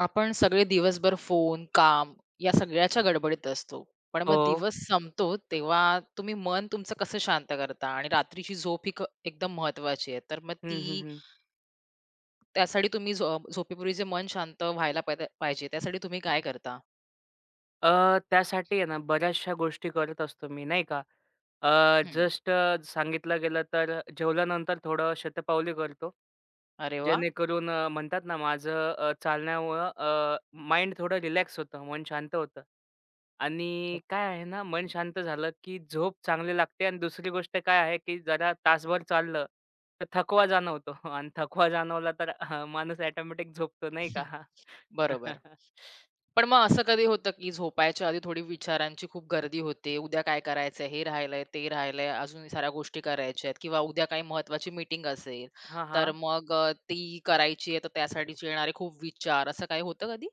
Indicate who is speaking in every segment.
Speaker 1: आपण सगळे दिवसभर फोन, काम या सगळ्याच्या गडबडीत असतो. पण मग
Speaker 2: हो.
Speaker 1: दिवस संपतो तेव्हा तुम्ही मन तुमचं कसं शांत करता? आणि रात्रीची झोप ही एकदम महत्त्वाची आहे. तर मग
Speaker 2: हं, हं,
Speaker 1: ती
Speaker 2: हं.
Speaker 1: त्यासाठी तुम्ही झोपेपूर्वी जे मन शांत व्हायला पाहिजे पाहिजे त्यासाठी तुम्ही काय करता?
Speaker 2: त्यासाठी आहे ना बऱ्याचशा गोष्टी करत असतो मी नाही का.
Speaker 1: हं.
Speaker 2: जस्ट सांगितलं गेलं तर जेवल्यानंतर थोडं शतपावली करतो.
Speaker 1: अरे वाह!
Speaker 2: जेणेकरून म्हणतात ना माझं चालण्यामुळं माइंड थोडं रिलॅक्स होतं, मन शांत होतं. आणि काय आहे ना मन शांत झालं, की झोप चांगली लागते आणि दुसरी गोष्ट काय आहे, की जरा तासभर चाललं तर थकवा जाणवतो आणि थकवा जाणवला तर माणूस ऑटोमॅटिक झोपतो नाही
Speaker 1: हं.
Speaker 2: का.
Speaker 1: बरोबर. पण मग असं कधी होतं, की झोपायच्या आधी थोडी विचारांची खूप गर्दी होते. उद्या काय करायचंय, हे राहिलंय, ते राहिलंय, अजून साऱ्या गोष्टी करायच्या आहेत किंवा उद्या काही महत्वाची मीटिंग असेल,
Speaker 2: हां,
Speaker 1: तर
Speaker 2: हां.
Speaker 1: मग ती करायची आहे, तर त्यासाठीचे येणारे खूप विचार, असं काही होतं कधी?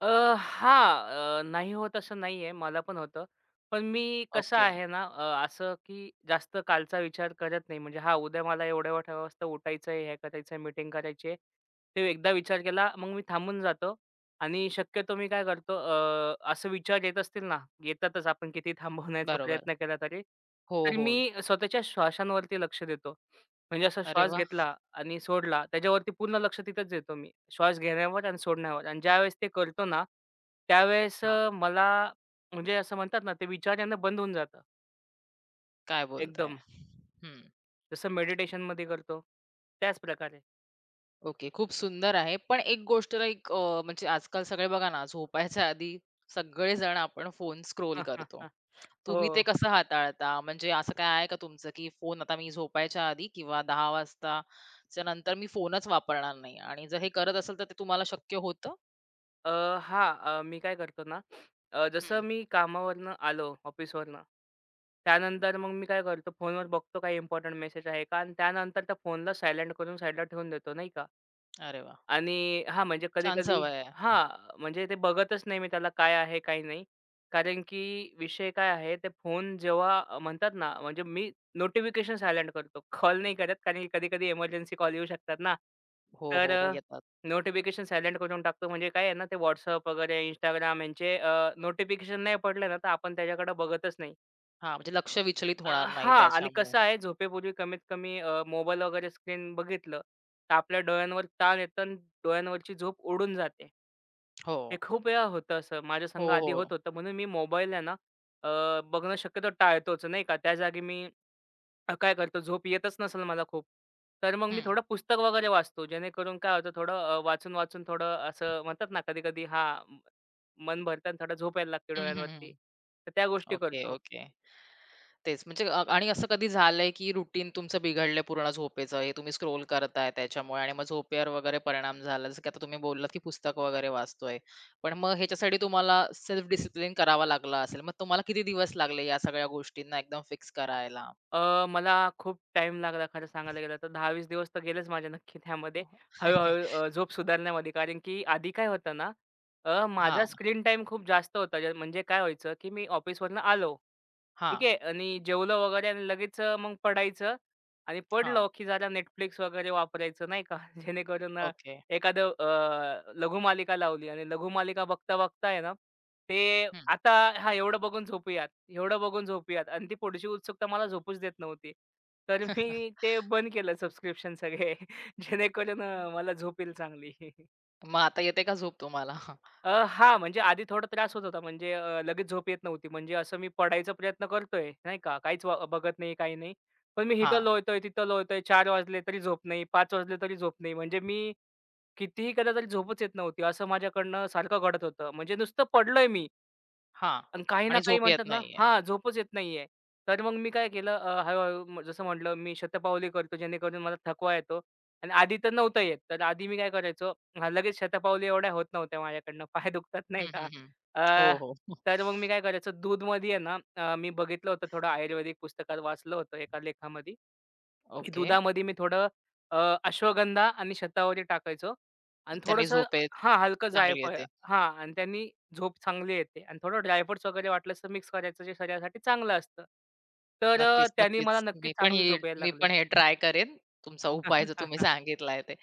Speaker 2: अ, हां. नाही होत असं नाहीये. मला पण होतं. पण मी कसं
Speaker 1: ओके.
Speaker 2: आहे ना असं की जास्त कालचा विचार करत नाही. म्हणजे हां, उद्या मला एवढ्या मोठ्या वाजता उठायचंय, हे करायचंय, मीटिंग करायची आहे. ते एकदा विचार केला, मग मी थांबून जातो आणि शक्यतो मी काय करतो असं विचार येत असतील ना, येतातच आपण किती थांबवण्याचा
Speaker 1: बरोबर.
Speaker 2: प्रयत्न केला तरी.
Speaker 1: हो,
Speaker 2: तर
Speaker 1: हो.
Speaker 2: मी स्वतःच्या श्वासांवरती लक्ष देतो. म्हणजे असा
Speaker 1: अरे
Speaker 2: श्वास
Speaker 1: वाह!
Speaker 2: घेतला आणि सोडला, त्याच्यावरती पूर्ण लक्ष तिथेच देतो मी. श्वास घेण्यावर आणि सोडण्यावर आणि ज्यावेळेस ते करतो ना, त्यावेळेस
Speaker 1: हां.
Speaker 2: मला म्हणजे असं म्हणतात ना, ते विचार यांना बंद होऊन जातं
Speaker 1: काय बोलताय?
Speaker 2: एकदम.
Speaker 1: हं.
Speaker 2: जसं मेडिटेशनमध्ये करतो, त्याच प्रकारे.
Speaker 1: ओके. खूप सुंदर आहे. पण एक गोष्ट लाइक म्हणजे आजकाल सगळे बघा ना, झोपायच्या आधी सगळेजण आपण फोन स्क्रोल करतो. तुम्ही ते
Speaker 2: हो.
Speaker 1: कसं हाताळता? म्हणजे असं काय आहे का तुमचं, की फोन आता मी झोपायच्या आधी किंवा 10:00 वाजताच्या नंतर मी फोनच वापरणार नाही आणि जर हे करत असेल तर ते तुम्हाला शक्य होतं?
Speaker 2: अ, हां. मी काय करतो ना, जसं
Speaker 1: हं.
Speaker 2: मी कामावरनं आलो, ऑफिसवरनं, त्यानंतर मग मी काय करतो, फोनवर बघतो काही इम्पोर्टंट मेसेज आहे का आणि त्यानंतर त्या फोनला सायलेंट करून साईडला ठेवून देतो, नाही का.
Speaker 1: अरे वाह!
Speaker 2: आणि हां, म्हणजे
Speaker 1: छान
Speaker 2: कधी-कधी
Speaker 1: सवय आहे.
Speaker 2: हां, म्हणजे ते बघतच नाही मी त्याला काय आहे, काय नाही. कारण की विषय काय आहे, ते फोन जेव्हा म्हणतात ना, म्हणजे मी नोटिफिकेशन सायलेंट करतो. कॉल नाही करत, कारण की कधी-कधी इमर्जन्सी कॉल येऊ शकतात ना.
Speaker 1: हो,
Speaker 2: तर
Speaker 1: हो, हो. येतात.
Speaker 2: नोटिफिकेशन सायलेंट करून टाकतो. म्हणजे काय आहे ना, ते WhatsApp वगैरे Instagram यांचे नोटिफिकेशन नाही पडले ना, तर आपण त्याच्याकडे बघतच नाही.
Speaker 1: हां, म्हणजे लक्ष विचलित होणार नाही
Speaker 2: हां आणि
Speaker 1: त्याच्यामुळे.
Speaker 2: कसं आहे झोपेपूर्वी कमीत कमी मोबाईल वगैरे स्क्रीन बघितलं, तर आपल्या डोळ्यांवर ताण येतो आणि डोळ्यांवरची झोप उडून जाते.
Speaker 1: हो.
Speaker 2: हे खूप वेळा होतं असं. माझ्या
Speaker 1: हो,
Speaker 2: संग आधी होत
Speaker 1: हो.
Speaker 2: होतं म्हणून मी मोबाईल आहे ना बघणं शक्यतो टाळतोच नाही का. त्या जागी मी काय करतो झोप येतच नसेल मला खूप, तर मग मी
Speaker 1: हं.
Speaker 2: थोडं पुस्तक वगैरे वाचतो. जेणेकरून काय होतं थोडं वाचून-वाचून थोडं असं म्हणतात ना कधी-कधी हां, मन भरतं आणि थोडं झोप यायला लागते
Speaker 1: हं, हं,
Speaker 2: डोळ्यांवरती.
Speaker 1: हं.
Speaker 2: तर त्या गोष्टी
Speaker 1: ओके,
Speaker 2: करतो.
Speaker 1: ओके. तेच. म्हणजे आणि असं कधी झालंय, की रुटीन तुमचं बिघडलंय पूर्ण झोपेचं, हे तुम्ही स्क्रोल करताय त्याच्यामुळे आणि मग झोपेवर वगैरे परिणाम झाला. जसं की आता तुम्ही बोललात, की पुस्तक वगैरे वाचतोय. पण मग ह्याच्यासाठी तुम्हाला सेल्फ डिसिप्लिन करावा लागला असेल. मग तुम्हाला किती दिवस लागले या सगळ्या गोष्टींना एकदम फिक्स करायला?
Speaker 2: मला खूप टाइम लागला खरं सांगायला गेलं तर 10-20 दिवस तर गेलेच माझे नक्की त्यामध्ये. हळू-हळू झोप सुधारण्यामध्ये. कारण की आधी काय होतं ना, माझा
Speaker 1: हां,
Speaker 2: स्क्रीन टाईम खूप जास्त होता. ज्या म्हणजे काय व्हायचं, की मी ऑफिसवरनं आलो, ठीक
Speaker 1: हां,
Speaker 2: आहे. आणि जेवलो वगैरे आणि लगेच मग पडायचं आणि
Speaker 1: हां.
Speaker 2: पडलो, की जरा Netflix वगैरे वापरायचं नाही का. जेणेकरून
Speaker 1: ओके.
Speaker 2: एखादं लघुमालिका लावली आणि लघुमालिका बघता-बघता आहे ना ते आता हां, एवढं बघून झोपूयात, एवढं बघून झोपूयात आणि ती पुढची उत्सुकता मला झोपूच देत नव्हती. तर मी ते बंद केलं सबस्क्रिप्शन सगळे जेणेकरून मला झोप येईल चांगली.
Speaker 1: मग आता येते का झोप तुम्हाला?
Speaker 2: हां, म्हणजे आधी थोडा त्रास होत होता. म्हणजे लगेच झोप येत नव्हती. म्हणजे असं मी पडायचा प्रयत्न करतोय, नाही का, काहीच व बघत नाही, काही नाही. पण मी इथं
Speaker 1: हां,
Speaker 2: लोळतोय, तिथं लोळतोय. 4 वाजले तरी झोप नाही, 5 वाजले तरी झोप नाही. म्हणजे मी कितीही केलं तरी झोपच येत नव्हती. असं माझ्याकडनं सारखं घडत होतं. म्हणजे नुसतं पडलोय मी.
Speaker 1: हां.
Speaker 2: आणि काही ना
Speaker 1: आणि
Speaker 2: काही
Speaker 1: झोप येत
Speaker 2: म्हणतात ना
Speaker 1: नाहीये.
Speaker 2: हां, झोपच येत नाहीये. तर मग मी काय केलं हळू-हळू जसं म्हटलं मी शतपावली करतो जेणेकरून मला थकवा येतो आणि आधी तर नव्हता येत. तर आधी मी काय करायचो हां, लगेच शतपावली एवढ्या होत नव्हत्या माझ्याकडनं पाय दुखतात
Speaker 1: हं,
Speaker 2: नाही का.
Speaker 1: हं, हं. हो,
Speaker 2: अ,
Speaker 1: हो.
Speaker 2: तर मग मी काय करायचो दूधमध्ये आहे ना मी बघितलं होतं थोडं आयुर्वेदिक पुस्तकात वाचलं होतं एका लेखामध्ये की
Speaker 1: ओके.
Speaker 2: दुधामध्ये मी थोडं अश्वगंधा आणि शतावरी टाकायचो आणि
Speaker 1: त्याने
Speaker 2: थोडंसं
Speaker 1: झोप येत
Speaker 2: हां, हलकं
Speaker 1: चांगली
Speaker 2: जायफळ
Speaker 1: येते.
Speaker 2: हां आणि त्यांनी झोप चांगली येते आणि थोडं ड्रायफ्रुट्स वगैरे वाटलंस तर मिक्स करायचं जे शरीरासाठी चांगलं असतं. तर
Speaker 1: नक्कीच,
Speaker 2: त्यानी मला
Speaker 1: नक्कीच.
Speaker 2: नक्कीच चांगली झोप यायला
Speaker 1: मी
Speaker 2: लागली.
Speaker 1: पण हे ट्राय करेन. तुमचा उपाय जो तुम्ही सांगितलाय ते.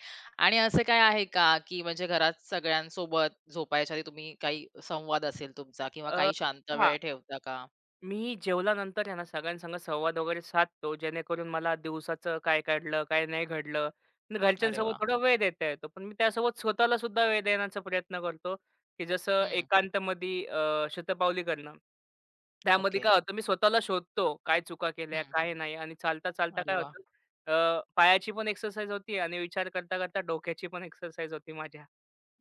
Speaker 1: आणि असं काय आहे का, की म्हणजे घरात सगळ्यांसोबत झोपायच्या आधी तुम्ही काही संवाद असेल तुमचा किंवा
Speaker 2: अ,
Speaker 1: काही शांत
Speaker 2: हां.
Speaker 1: वेळ ठेवता का?
Speaker 2: मी जेवल्यानंतर आहे ना सगळ्यांसंग संवाद वगैरे साधतो, जेणेकरून मला दिवसाचं काय घडलं, काय नाही घडलं. आणि
Speaker 1: अरे
Speaker 2: घरच्यांसोबत
Speaker 1: वाह!
Speaker 2: थोडा वेळ देता येतो. पण मी त्यासोबत स्वतःला सुद्धा वेळ देण्याचा प्रयत्न करतो, की जसं
Speaker 1: हं.
Speaker 2: एकांतमध्ये शतपावली करणं. त्यामध्ये
Speaker 1: ओके.
Speaker 2: काय होतं, मी स्वतःला शोधतो, काय चुका केल्या,
Speaker 1: हं.
Speaker 2: काय नाही आणि चालता-चालता
Speaker 1: अरे
Speaker 2: काय
Speaker 1: वाह!
Speaker 2: होतं पायाची पण एक्सरसाइज होती आणि विचार करता-करता डोक्याची पण एक्सरसाइज होती माझ्या.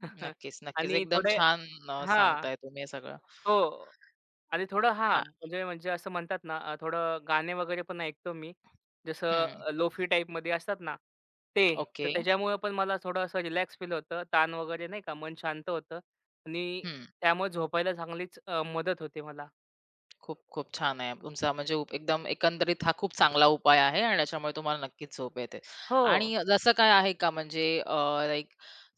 Speaker 1: नक्कीच, नक्कीच.
Speaker 2: आणि
Speaker 1: एकदम
Speaker 2: थोडे
Speaker 1: छान
Speaker 2: हां.
Speaker 1: सांगताय तुम्ही हे सगळं.
Speaker 2: हो. आणि थोडं हां,
Speaker 1: आ
Speaker 2: म्हणजे म्हणजे असं म्हणतात ना, थोडं गाणे वगैरे पण ऐकतो मी. जसं
Speaker 1: हं.
Speaker 2: लोफी टाईपमध्ये असतात ना, ते. तर
Speaker 1: ओके.
Speaker 2: त्याच्यामुळे पण मला थोडं असं रिलॅक्स फील होतं. ताण वगैरे नाही का, मन शांत होतं आणि
Speaker 1: हं.
Speaker 2: त्यामुळे झोपायला चांगलीच मदत होते मला.
Speaker 1: खूप, खूप छान आहे. तुमचा म्हणजे एकदम एकंदरीत हा खूप चांगला उपाय आहे आणि त्याच्यामुळे तुम्हाला नक्कीच झोप येते.
Speaker 2: हो.
Speaker 1: आणि जसं काय आहे का म्हणजे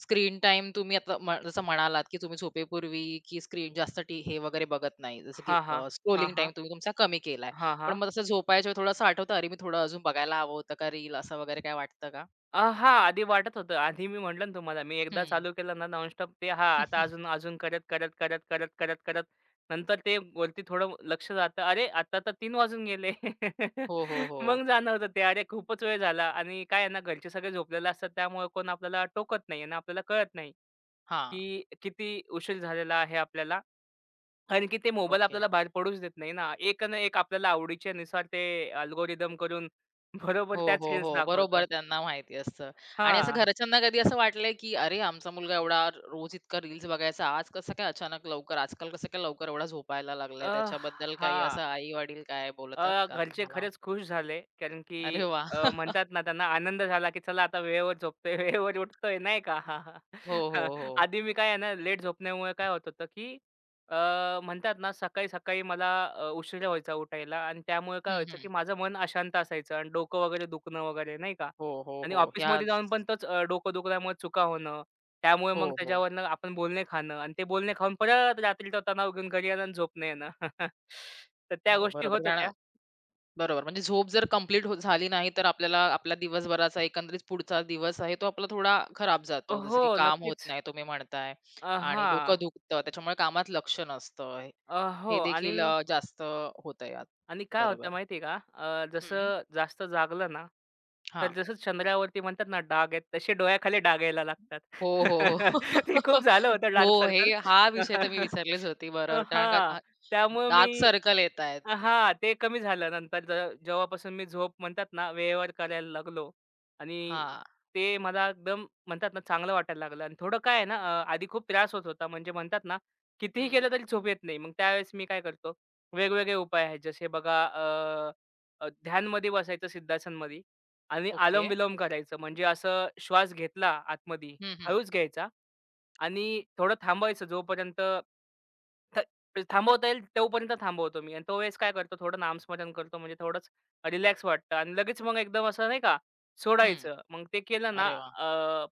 Speaker 1: स्क्रीन टाईम तुम्ही आता जसं म्हणालात, की तुम्ही झोपेपूर्वी की स्क्रीन जास्त टी हे वगैरे बघत नाही. जसं की
Speaker 2: हां, हां. हां,
Speaker 1: स्क्रोलिंग टाईम
Speaker 2: हां.
Speaker 1: तुम्ही तुमचा कमी केलाय.
Speaker 2: हां,
Speaker 1: पण
Speaker 2: हां.
Speaker 1: मग असं झोपायच्या वेळी थोडंसं आठवतं, "अरे, मी थोडं अजून बघायला हवं होतं का रील?" असं वगैरे काय वाटतं का?
Speaker 2: हां, आधी वाटत होतं. आधी मी म्हटलं ना तुम्हाला, मी एकदा
Speaker 1: हं.
Speaker 2: चालू केलं ना नॉनस्टॉप ते हां, आता अजून, अजून करत, करत, करत, करत, करत, करत नंतर ते वरती थोडं लक्ष जातं. अरे, आता तर 3 वाजून गेले.
Speaker 1: हो, हो, हो.
Speaker 2: मग जाणवतं ते, अरे, खूपच वेळ झाला आणि काय आहे ना, घरचे सगळे झोपलेले असतात. त्यामुळे कोण आपल्याला टोकत नाही आणि आपल्याला कळत नाही,
Speaker 1: हां.
Speaker 2: की किती उशीर झालेला आहे आपल्याला. कारण की ते मोबाईल
Speaker 1: ओके.
Speaker 2: आपल्याला बाहेर पडूच देत नाही ना. एक ना एक आपल्याला आवडीच्यानुसार ते अल्गोरिदम करून बरोबर
Speaker 1: हो,
Speaker 2: त्याच
Speaker 1: हो,
Speaker 2: रील्स
Speaker 1: हो.
Speaker 2: दाखवतं.
Speaker 1: बरोबर त्यांना माहिती असतं. आणि असं
Speaker 2: हां.
Speaker 1: घरच्यांना कधी असं वाटलंय, की "अरे, आमचा मुलगा एवढा रोज इतका रील्स बघायचा, आज कसं काय अचानक लवकर आजकाल कसं काय लवकर एवढा झोपायला लागलाय?"
Speaker 2: अ,
Speaker 1: त्याच्याबद्दल काही
Speaker 2: हां.
Speaker 1: असं आई-वडील काय बोलतात का
Speaker 2: घरचे
Speaker 1: तुम्हाला?
Speaker 2: खरंच खुश झाले. कारण की
Speaker 1: अरे वाह!
Speaker 2: म्हणतात ना त्यांना आनंद झाला, की चला आता वेळेवर झोपतोय, वेळेवर उठतोय नाही का.
Speaker 1: हो, हो, हो.
Speaker 2: आधी मी काय आहे ना लेट झोपण्यामुळे काय होत होतं, की अ, म्हणतात ना सकाळी-सकाळी मला उशिरा व्हायचा उठायला आणि त्यामुळे काय
Speaker 1: हं,
Speaker 2: व्हायचं,
Speaker 1: हं.
Speaker 2: की माझं मन अशांत असायचं आणि डोकं वगैरे दुखणं वगैरे नाही का.
Speaker 1: हो, हो,
Speaker 2: आणि
Speaker 1: हो.
Speaker 2: ऑफिसमध्ये
Speaker 1: ह्याच
Speaker 2: जाऊन पण तोच डोकं दुखल्यामुळे चुका होणं. त्यामुळे मग
Speaker 1: हो, हो,
Speaker 2: त्याच्यावरनं आपण बोलणे खाणं आणि ते बोलणे खाऊन परत रात्री तो तणाव घेऊन घरी येणं आणि झोप येणं. तर त्या
Speaker 1: हो.
Speaker 2: गोष्टी
Speaker 1: बरोबर.
Speaker 2: होत
Speaker 1: कारण
Speaker 2: होत्या.
Speaker 1: बरोबर. म्हणजे झोप जर कंप्लीट झाली नाही, तर आपल्याला आपला दिवसभराचा एकंदरीत पुढचा दिवस आहे, तो आपला थोडा खराब जातो. जसं
Speaker 2: हो,
Speaker 1: की काम होत
Speaker 2: नक्कीच.
Speaker 1: नाही तुम्ही म्हणताय आणि डोकं
Speaker 2: हां.
Speaker 1: दुखतं. त्याच्यामुळे कामात लक्ष नसतं.
Speaker 2: हो
Speaker 1: हे
Speaker 2: आणि
Speaker 1: देखील जास्त होतं यात.
Speaker 2: आणि काय होतं
Speaker 1: बरोबर.
Speaker 2: माहिती आहे का?
Speaker 1: हं.
Speaker 2: जसं जास्त जागलं ना, तर
Speaker 1: हां.
Speaker 2: जसं चंद्रावरती म्हणतात ना डाग आहेत, तसे डोळ्याखाली डाग यायला लागतात.
Speaker 1: हो, हो, हो.
Speaker 2: ते खूप झालं होतं डार्क
Speaker 1: हो, हे
Speaker 2: सर्कल.
Speaker 1: हा विषय तर मी विसरलीच होती. बरोबर. कारण
Speaker 2: अ,
Speaker 1: का
Speaker 2: त्यामुळे मी
Speaker 1: डार्क सर्कल येतायत.
Speaker 2: हां, ते कमी झालं नंतर जेव्हापासून मी झोप म्हणतात ना वेळेवर करायला लागलो आणि
Speaker 1: हां.
Speaker 2: ते मला एकदम म्हणतात ना चांगलं वाटायला लागलं आणि थोडं काय आहे ना आधी खूप त्रास होत होता म्हणजे म्हणतात ना, कितीही
Speaker 1: हं.
Speaker 2: केलं तरी झोप येत नाही. मग त्यावेळेस मी काय करतो वेगवेगळे उपाय आहेत. जसे बघा अ, अ, ध्यानमध्ये बसायचं सिद्धासनमध्ये आणि
Speaker 1: ओके.
Speaker 2: आलम-विलोम करायचं. म्हणजे असं श्वास घेतला आतमध्ये,
Speaker 1: हं, हं.
Speaker 2: हळूच घ्यायचा आणि थोडं थांबायचं जोपर्यंत थ थांबवता येईल तोपर्यंत थांबवतो मी आणि तो वेळेस काय करतो थोडं नामस्मरण करतो. म्हणजे थोडंच रिलॅक्स वाटतं आणि लगेच मग एकदम असं नाही का
Speaker 1: हं.
Speaker 2: सोडायचं. मग ते केलं ना
Speaker 1: अरे वाह!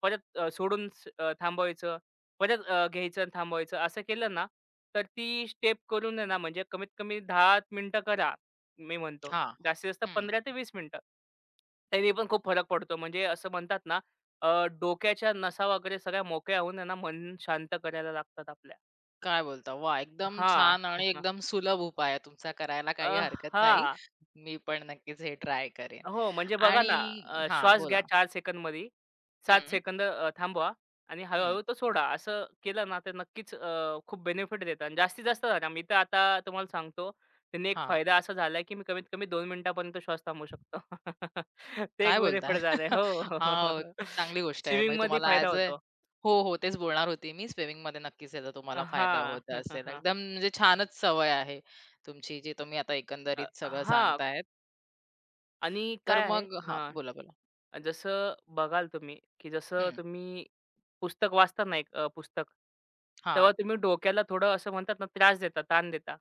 Speaker 2: परत सोडून थांबवायचं. परत घ्यायचं आणि थांबवायचं असं केलं ना, तर ती स्टेप करून आहे ना, म्हणजे कमीत कमी 10 मिनिटं करा. मी म्हणतो
Speaker 1: हां.
Speaker 2: जास्तीत जास्त
Speaker 1: हं.
Speaker 2: 15 ते 20 मिनिटं. त्याने पण खूप फरक पडतो. म्हणजे असं म्हणतात ना, अ, डोक्याच्या नसा वगैरे सगळ्या मोकळ्या होऊन आहे ना, मन शांत करायला लागतात आपल्या.
Speaker 1: काय बोलता? वा एकदम
Speaker 2: हां.
Speaker 1: छान आणि एकदम सुलभ उपाय आहे तुमचा करायला
Speaker 2: अ,
Speaker 1: काही हरकत नाही.
Speaker 2: हां.
Speaker 1: मी पण नक्कीच हे ट्राय करेन.
Speaker 2: हो, म्हणजे बघा ना,
Speaker 1: आणि हां,
Speaker 2: श्वास घ्या
Speaker 1: बोला.
Speaker 2: चार सेकंद सेकंदमध्ये, 7
Speaker 1: हं,
Speaker 2: सेकंद थांबवा आणि
Speaker 1: हं.
Speaker 2: हळू तो सोडा. असं केलं ना, तर नक्कीच खूप बेनिफिट देतात आणि जास्तीत जास्त धरा. मी तर आता तुम्हाला सांगतो, त्याने एक
Speaker 1: हां,
Speaker 2: फायदा असा झालाय, की मी कमीत कमी 2 मिनिटापर्यंत श्वास थांबवू शकतो. ते
Speaker 1: काय
Speaker 2: एक
Speaker 1: बोलताय?
Speaker 2: बेनिफिट झालंय. हो.
Speaker 1: हां, चांगली गोष्ट आहे. म्हणजे
Speaker 2: स्विमिंगमध्ये
Speaker 1: तुम्हाला
Speaker 2: फायदा
Speaker 1: ॲज अ
Speaker 2: होतो.
Speaker 1: हो, हो, तेच बोलणार होती मी. स्विमिंगमध्ये नक्कीच याचा तुम्हाला फायदा
Speaker 2: हां.
Speaker 1: होत असेल. एकदम म्हणजे छानच सवय आहे तुमची, जी तुम्ही आता एकंदरीत सगळं
Speaker 2: हां.
Speaker 1: सांगतायत.
Speaker 2: आणि
Speaker 1: तर
Speaker 2: काय आहे
Speaker 1: मग हां,
Speaker 2: हां.
Speaker 1: बोला, बोला.
Speaker 2: जसं बघाल तुम्ही, की जसं
Speaker 1: हं.
Speaker 2: तुम्ही पुस्तक वाचता ना, एक पुस्तक,
Speaker 1: हां,
Speaker 2: तेव्हा तुम्ही डोक्याला थोडं असं म्हणतात ना, त्रास देता, ताण देता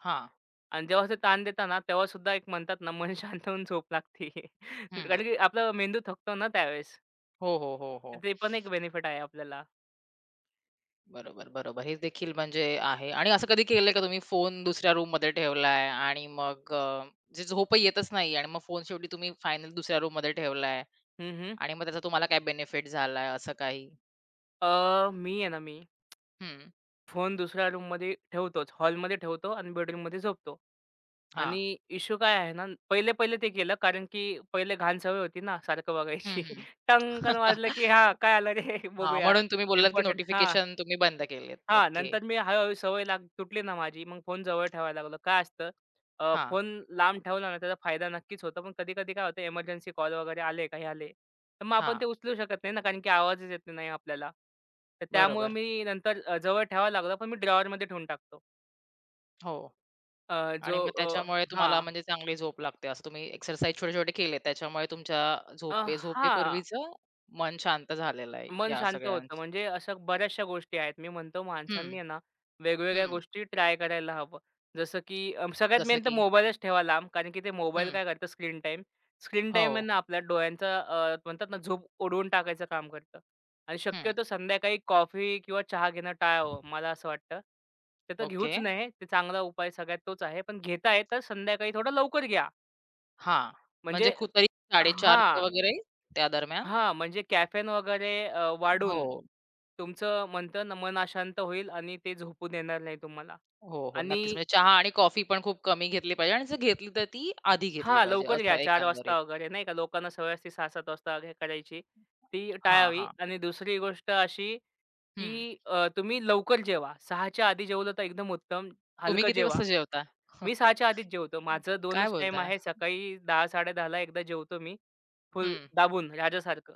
Speaker 1: हां.
Speaker 2: आणि जेव्हा ते ताण देता ना, तेव्हा सुद्धा एक म्हणतात ना, मन शांत होऊन झोप लागते.
Speaker 1: हं.
Speaker 2: कारण की आपला मेंदू थकतो ना त्यावेळेस.
Speaker 1: हो, हो, हो, हो.
Speaker 2: ते पण एक बेनिफिट आहे आपल्याला.
Speaker 1: बरोबर, बरोबर. हे देखील म्हणजे आहे आणि असं कधी केलंय का तुम्ही फोन दुसऱ्या रूममध्ये ठेवलाय आणि मग म्हणजे झोपही येतच नाही आणि मग फोन शेवटी तुम्ही फायनल दुसऱ्या रूममध्ये ठेवलाय
Speaker 2: हं, हं.
Speaker 1: आणि मग त्याचा तुम्हाला काय बेनिफिट झालाय असं काही?
Speaker 2: मी आहे ना, मी
Speaker 1: हं,
Speaker 2: फोन दुसऱ्या रूममध्ये ठेवतोच. हॉलमध्ये ठेवतो आणि बेडरूममध्ये झोपतो.
Speaker 1: हां.
Speaker 2: आणि इश्यू काय आहे ना, पहिले-पहिले ते केलं कारण की पहिले घाण सवय होती ना सारखं
Speaker 1: हं,
Speaker 2: बघायची.
Speaker 1: हं. हां,
Speaker 2: टंकन वाजलं की हां, काय आलं रे? बघूया.
Speaker 1: म्हणून तुम्ही बोललात की
Speaker 2: इम्पोर्टंट हां.
Speaker 1: नोटिफिकेशन तुम्ही बंद केलेत.
Speaker 2: हां,
Speaker 1: ओके.
Speaker 2: नंतर मी हळू सवय तुटली ना माझी, मग फोन जवळ ठेवायला लागलो. काय असतं
Speaker 1: हां,
Speaker 2: फोन लांब ठेवला ना त्याचा फायदा नक्कीच होतो. पण कधी-कधी काय होतं एमर्जन्सी कॉल वगैरे आले, काही आले, तर मग आपण ते
Speaker 1: हां.
Speaker 2: उचलू शकत नाही ना, कारण की आवाजच येत नाही आपल्याला. तर त्यामुळे
Speaker 1: बरोबर.
Speaker 2: मी नंतर जवळ ठेवायला लागलो, पण मी ड्रॉवरमध्ये ठेवून टाकतो.
Speaker 1: हो
Speaker 2: अ,
Speaker 1: आणि
Speaker 2: जो
Speaker 1: मग
Speaker 2: अ,
Speaker 1: त्याच्यामुळे तुम्हाला
Speaker 2: हां.
Speaker 1: म्हणजे चांगली झोप लागते. असं तुम्ही एक्सरसाइज छोटे-छोटे केले त्याच्यामुळे तुमच्या
Speaker 2: अ, हां.
Speaker 1: झोपेपूर्वीचं मन शांत झालेलं आहे
Speaker 2: मन
Speaker 1: या
Speaker 2: शांत
Speaker 1: सगळ्या
Speaker 2: होतं. म्हणजे अशा बऱ्याचशा गोष्टी आहेत. मी म्हणतो
Speaker 1: हं,
Speaker 2: माणसांनी आहे ना, वेगवेगळ्या
Speaker 1: हं.
Speaker 2: गोष्टी ट्राय करायला हवं. जसं की सगळ्यात
Speaker 1: जसं
Speaker 2: मेन तर
Speaker 1: की
Speaker 2: मोबाईलच ठेवा लांब. कारण की ते मोबाईल
Speaker 1: हं.
Speaker 2: काय करतं स्क्रीन टाईम. स्क्रीन
Speaker 1: हो.
Speaker 2: टाईम आहे ना आपल्या डोळ्यांचा म्हणतात ना झोप उडवून टाकायचं काम करतं. आणि
Speaker 1: हं.
Speaker 2: शक्यतो संध्याकाळी कॉफी किंवा चहा घेणं टाळावं, मला असं वाटतं. ते तर
Speaker 1: ओके.
Speaker 2: घेऊच नाही. ते चांगला उपाय सगळ्यात तोच आहे. पण घेताय तर संध्याकाळी थोडं लवकर घ्या.
Speaker 1: हां. म्हणजे
Speaker 2: म्हणजे
Speaker 1: खूप तरी 4:30च्या
Speaker 2: हां.
Speaker 1: वगैरे त्या दरम्यान?
Speaker 2: हां, म्हणजे कॅफेन वगैरे
Speaker 1: हो.
Speaker 2: वाढून तुमचं म्हणतं ना मन अशांत होईल आणि ते झोपू देणार नाही तुम्हाला.
Speaker 1: हो, हो. नक्कीच.
Speaker 2: आणि
Speaker 1: म्हणजे चहा आणि कॉफी पण खूप कमी घेतली पाहिजे आणि जर घेतली तर ती आधी घेतली
Speaker 2: हां,
Speaker 1: पाहिजे
Speaker 2: लवकर
Speaker 1: असं
Speaker 2: घ्या 4:00
Speaker 1: एकंदरीत.
Speaker 2: वाजता वगैरे नाही का लोकांना सवय असते 6:00-7:00 वाजता हे करायची ती
Speaker 1: हां,
Speaker 2: टाळावी.
Speaker 1: हां.
Speaker 2: आणि दुसरी गोष्ट अशी,
Speaker 1: हं.
Speaker 2: की तुम्ही लवकर जेवा. 6:00च्या आधी जेवलं तर एकदम उत्तम.
Speaker 1: तुम्ही
Speaker 2: हलकं
Speaker 1: किती
Speaker 2: जेवा.
Speaker 1: वाजता जेवता?
Speaker 2: मी 6:00च्या आधीच जेवतो. माझं
Speaker 1: काय
Speaker 2: 2च टाईम
Speaker 1: बोलताय?
Speaker 2: आहे. सकाळी 10:00-10:30ला एकदा जेवतो मी फुल
Speaker 1: हं.
Speaker 2: दाबून राजासारखं.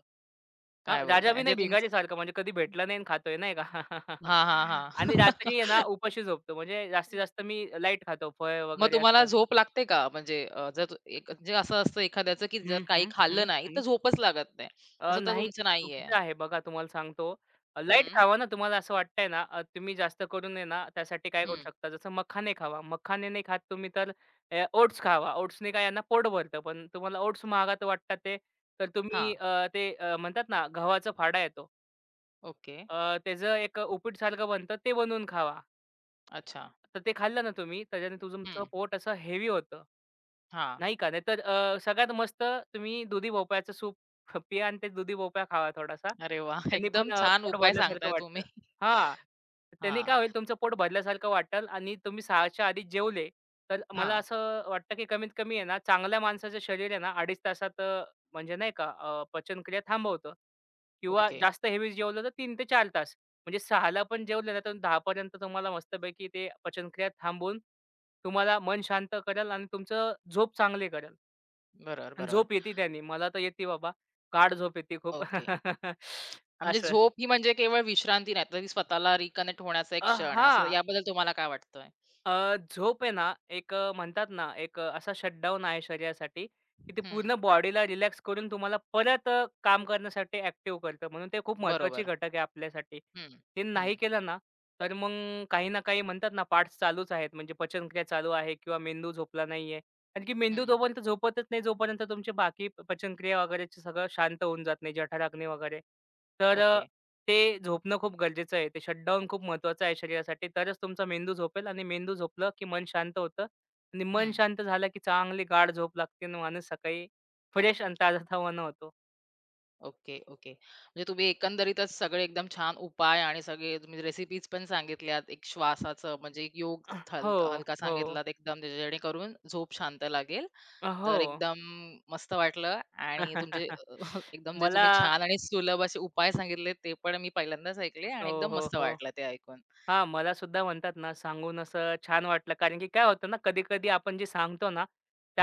Speaker 2: हां,
Speaker 1: काय
Speaker 2: राजा
Speaker 1: बोलताय?
Speaker 2: बी
Speaker 1: म्हणजे
Speaker 2: नाही
Speaker 1: तुमचं
Speaker 2: भिकारीसारखा म्हणजे कधी भेटला नाही आणि खातोय नाही का?
Speaker 1: हां, हां, हां.
Speaker 2: आणि रात्री आहे ना उपाशी झोपतो म्हणजे जास्तीत जास्त मी लाईट खातो फळ
Speaker 1: मग
Speaker 2: वगैरे
Speaker 1: तुम्हाला
Speaker 2: असं.
Speaker 1: झोप लागते का? म्हणजे जर तु- एक म्हणजे असं असतं एखाद्याचं, की जर
Speaker 2: हं,
Speaker 1: काही
Speaker 2: हं, हं,
Speaker 1: खाल्लं नाही, तर
Speaker 2: हं.
Speaker 1: झोपच लागत नाही. तसं तर
Speaker 2: नाही
Speaker 1: तुमचं नाहीये.
Speaker 2: चुकीचं आहे बघा तुम्हाला सांगतो. लाईट
Speaker 1: हं,
Speaker 2: खावा ना तुम्हाला असं वाटतंय ना तुम्ही जास्त करून आहे ना त्यासाठी काय करू
Speaker 1: हं.
Speaker 2: शकता जसं मखाने खावा. मखाने नाही खात तुम्ही तर ओट्स खावा. ओट्सने काय यांना पोट भरतं. पण तुम्हाला ओट्स महागात वाटतात ते तर
Speaker 1: हां.
Speaker 2: तुम्ही म्हणतात ना गव्हाचा फाडा येतो.
Speaker 1: ओके.
Speaker 2: त्याचं एक उपीटसारखं बनतं ते बनवून खावा.
Speaker 1: अच्छा.
Speaker 2: तर ते खाल्लं ना तुम्ही, त्याच्याने तुमचं
Speaker 1: हं.
Speaker 2: पोट असं हेवी होतं.
Speaker 1: हां.
Speaker 2: नाही का? नाहीतर सगळ्यात मस्त तुम्ही दुधी भोपळ्याचं सूप पिया आणि ते दुधी भोपळा खावा थोडासा.
Speaker 1: अरे वाह!
Speaker 2: त्यांनी
Speaker 1: एकदम
Speaker 2: पण
Speaker 1: छान
Speaker 2: पोट
Speaker 1: उपाय
Speaker 2: भरल्यासारखं
Speaker 1: सांगताय तुम्ही.
Speaker 2: वाटतं. हां. त्यांनी
Speaker 1: हां,
Speaker 2: काय होईल तुमचं पोट भरल्यासारखं वाटेल आणि तुम्ही 6च्या आधी जेवले, तर मला
Speaker 1: हां.
Speaker 2: असं वाटतं की कमीत कमी आहे ना, चांगल्या माणसाचं शरीर आहे ना 2.5 तासात म्हणजे नाही का पचनक्रिया थांबवतं किंवा
Speaker 1: ओके.
Speaker 2: जास्त हेवी जेवलं तर 3 ते 4 तास. म्हणजे 6:00 पण जेवले ना, तर 10:00 पर्यंत तुम्हाला मस्तपैकी ते पचनक्रिया थांबून तुम्हाला मन शांत करेल आणि तुमचं झोप चांगली करेल
Speaker 1: बरोबर,
Speaker 2: आणि
Speaker 1: बरोबर.
Speaker 2: झोप येते त्याने. मला तर येते बाबा. गाढ झोप येते खूप.
Speaker 1: ओके. म्हणजे
Speaker 2: असं.
Speaker 1: झोप ही म्हणजे केवळ विश्रांती नाही, तर ती स्वतःला रिकनेक्ट होण्याचा एक क्षण आहे, असं
Speaker 2: हां.
Speaker 1: याबद्दल तुम्हाला काय वाटतंय?
Speaker 2: झोप आहे ना, एक म्हणतात ना, एक असा शटडाउन आहे शरीरासाठी, की ते
Speaker 1: हं.
Speaker 2: पूर्ण बॉडीला रिलॅक्स करून तुम्हाला परत काम करण्यासाठी ॲक्टिव्ह करतं. म्हणून ते खूप महत्त्वाची
Speaker 1: बरोबर.
Speaker 2: घटक आहे आपल्यासाठी.
Speaker 1: हं,
Speaker 2: ते
Speaker 1: हं,
Speaker 2: नाही केलं ना, तर मग काही ना काही म्हणतात ना, पार्ट्स चालूच आहेत. म्हणजे पचनक्रिया चालू आहे किंवा मेंदू झोपला नाही कारण की मेंदू
Speaker 1: हं.
Speaker 2: तोपर्यंत झोपतच नाही, जोपर्यंत तुमची बाकी पचनक्रिया वगैरेचं सगळं शांत होऊन जात नाही, जठर वगैरे. तर
Speaker 1: ओके.
Speaker 2: ते झोपणं खूप गरजेचं आहे. ते शटडाउन खूप महत्वाचं आहे शरीरासाठी. तरच तुमचा मेंदू झोपेल आणि मेंदू झोपलं, की मन शांत होतं आणि मन
Speaker 1: हं.
Speaker 2: शांत झालं, की चांगली गाढ झोप लागते आणि माणूस सकाळी फ्रेश आणि ताजातवाना होतो.
Speaker 1: Okay, okay. म्हणजे तुम्ही एकंदरीतच सगळे एकदम छान उपाय आणि सगळे तुम्ही रेसिपीज पण सांगितल्यात. एक श्वासाचं म्हणजे एक योग
Speaker 2: हो,
Speaker 1: हलका
Speaker 2: हो.
Speaker 1: सांगितलात एकदम जेणेकरून झोप शांत लागेल.
Speaker 2: हो.
Speaker 1: तर एकदम मस्त वाटलं आणि तुमचे एकदम जे
Speaker 2: मला
Speaker 1: तुम्ही छान आणि सुलभ असे उपाय सांगितले ते पण मी पहिल्यांदाच ऐकले आणि
Speaker 2: हो,
Speaker 1: एकदम
Speaker 2: हो,
Speaker 1: मस्त
Speaker 2: हो.
Speaker 1: वाटलं ते ऐकून.
Speaker 2: हां, मला सुद्धा म्हणतात ना, सांगून असं छान वाटलं. कारण की काय होतं ना, कधी-कधी आपण जे सांगतो ना,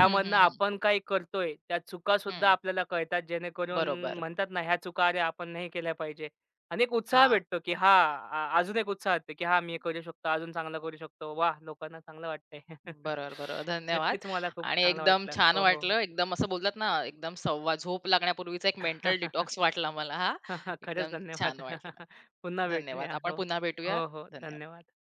Speaker 1: हं, हं, हं.
Speaker 2: आपण काय करतोय, त्या चुका सुद्धा
Speaker 1: हं.
Speaker 2: आपल्याला कळतात. जेणेकरून
Speaker 1: बरोबर.
Speaker 2: म्हणतात ना, ह्या चुका अरे आपण नाही केल्या पाहिजे. आणि एक उत्साह
Speaker 1: हां.
Speaker 2: भेटतो, की हां, अजून एक उत्साह येतो, की हां, मी हे करू शकतो, अजून चांगलं करू शकतो. वाह! लोकांना चांगलं वाटतंय.
Speaker 1: बरोबर, बरोबर. धन्यवाद.
Speaker 2: नक्कीच मला खूप
Speaker 1: आणि
Speaker 2: चांगलं
Speaker 1: एकदम
Speaker 2: वाटलं.
Speaker 1: छान
Speaker 2: हो, हो.
Speaker 1: वाटलं. एकदम असं बोलतात ना, एकदम सव्वा झोप लागण्यापूर्वीचा एक मेंटल डिटॉक्स वाटला मला हा.
Speaker 2: खरंच
Speaker 1: एकदम
Speaker 2: धन्यवाद.
Speaker 1: छान वाटलं.
Speaker 2: पुन्हा
Speaker 1: धन्यवाद.
Speaker 2: भेटूया.
Speaker 1: आपण
Speaker 2: हो.
Speaker 1: पुन्हा भेटूयात.
Speaker 2: हो, हो.
Speaker 1: धन्यवाद.
Speaker 2: धन्यवाद.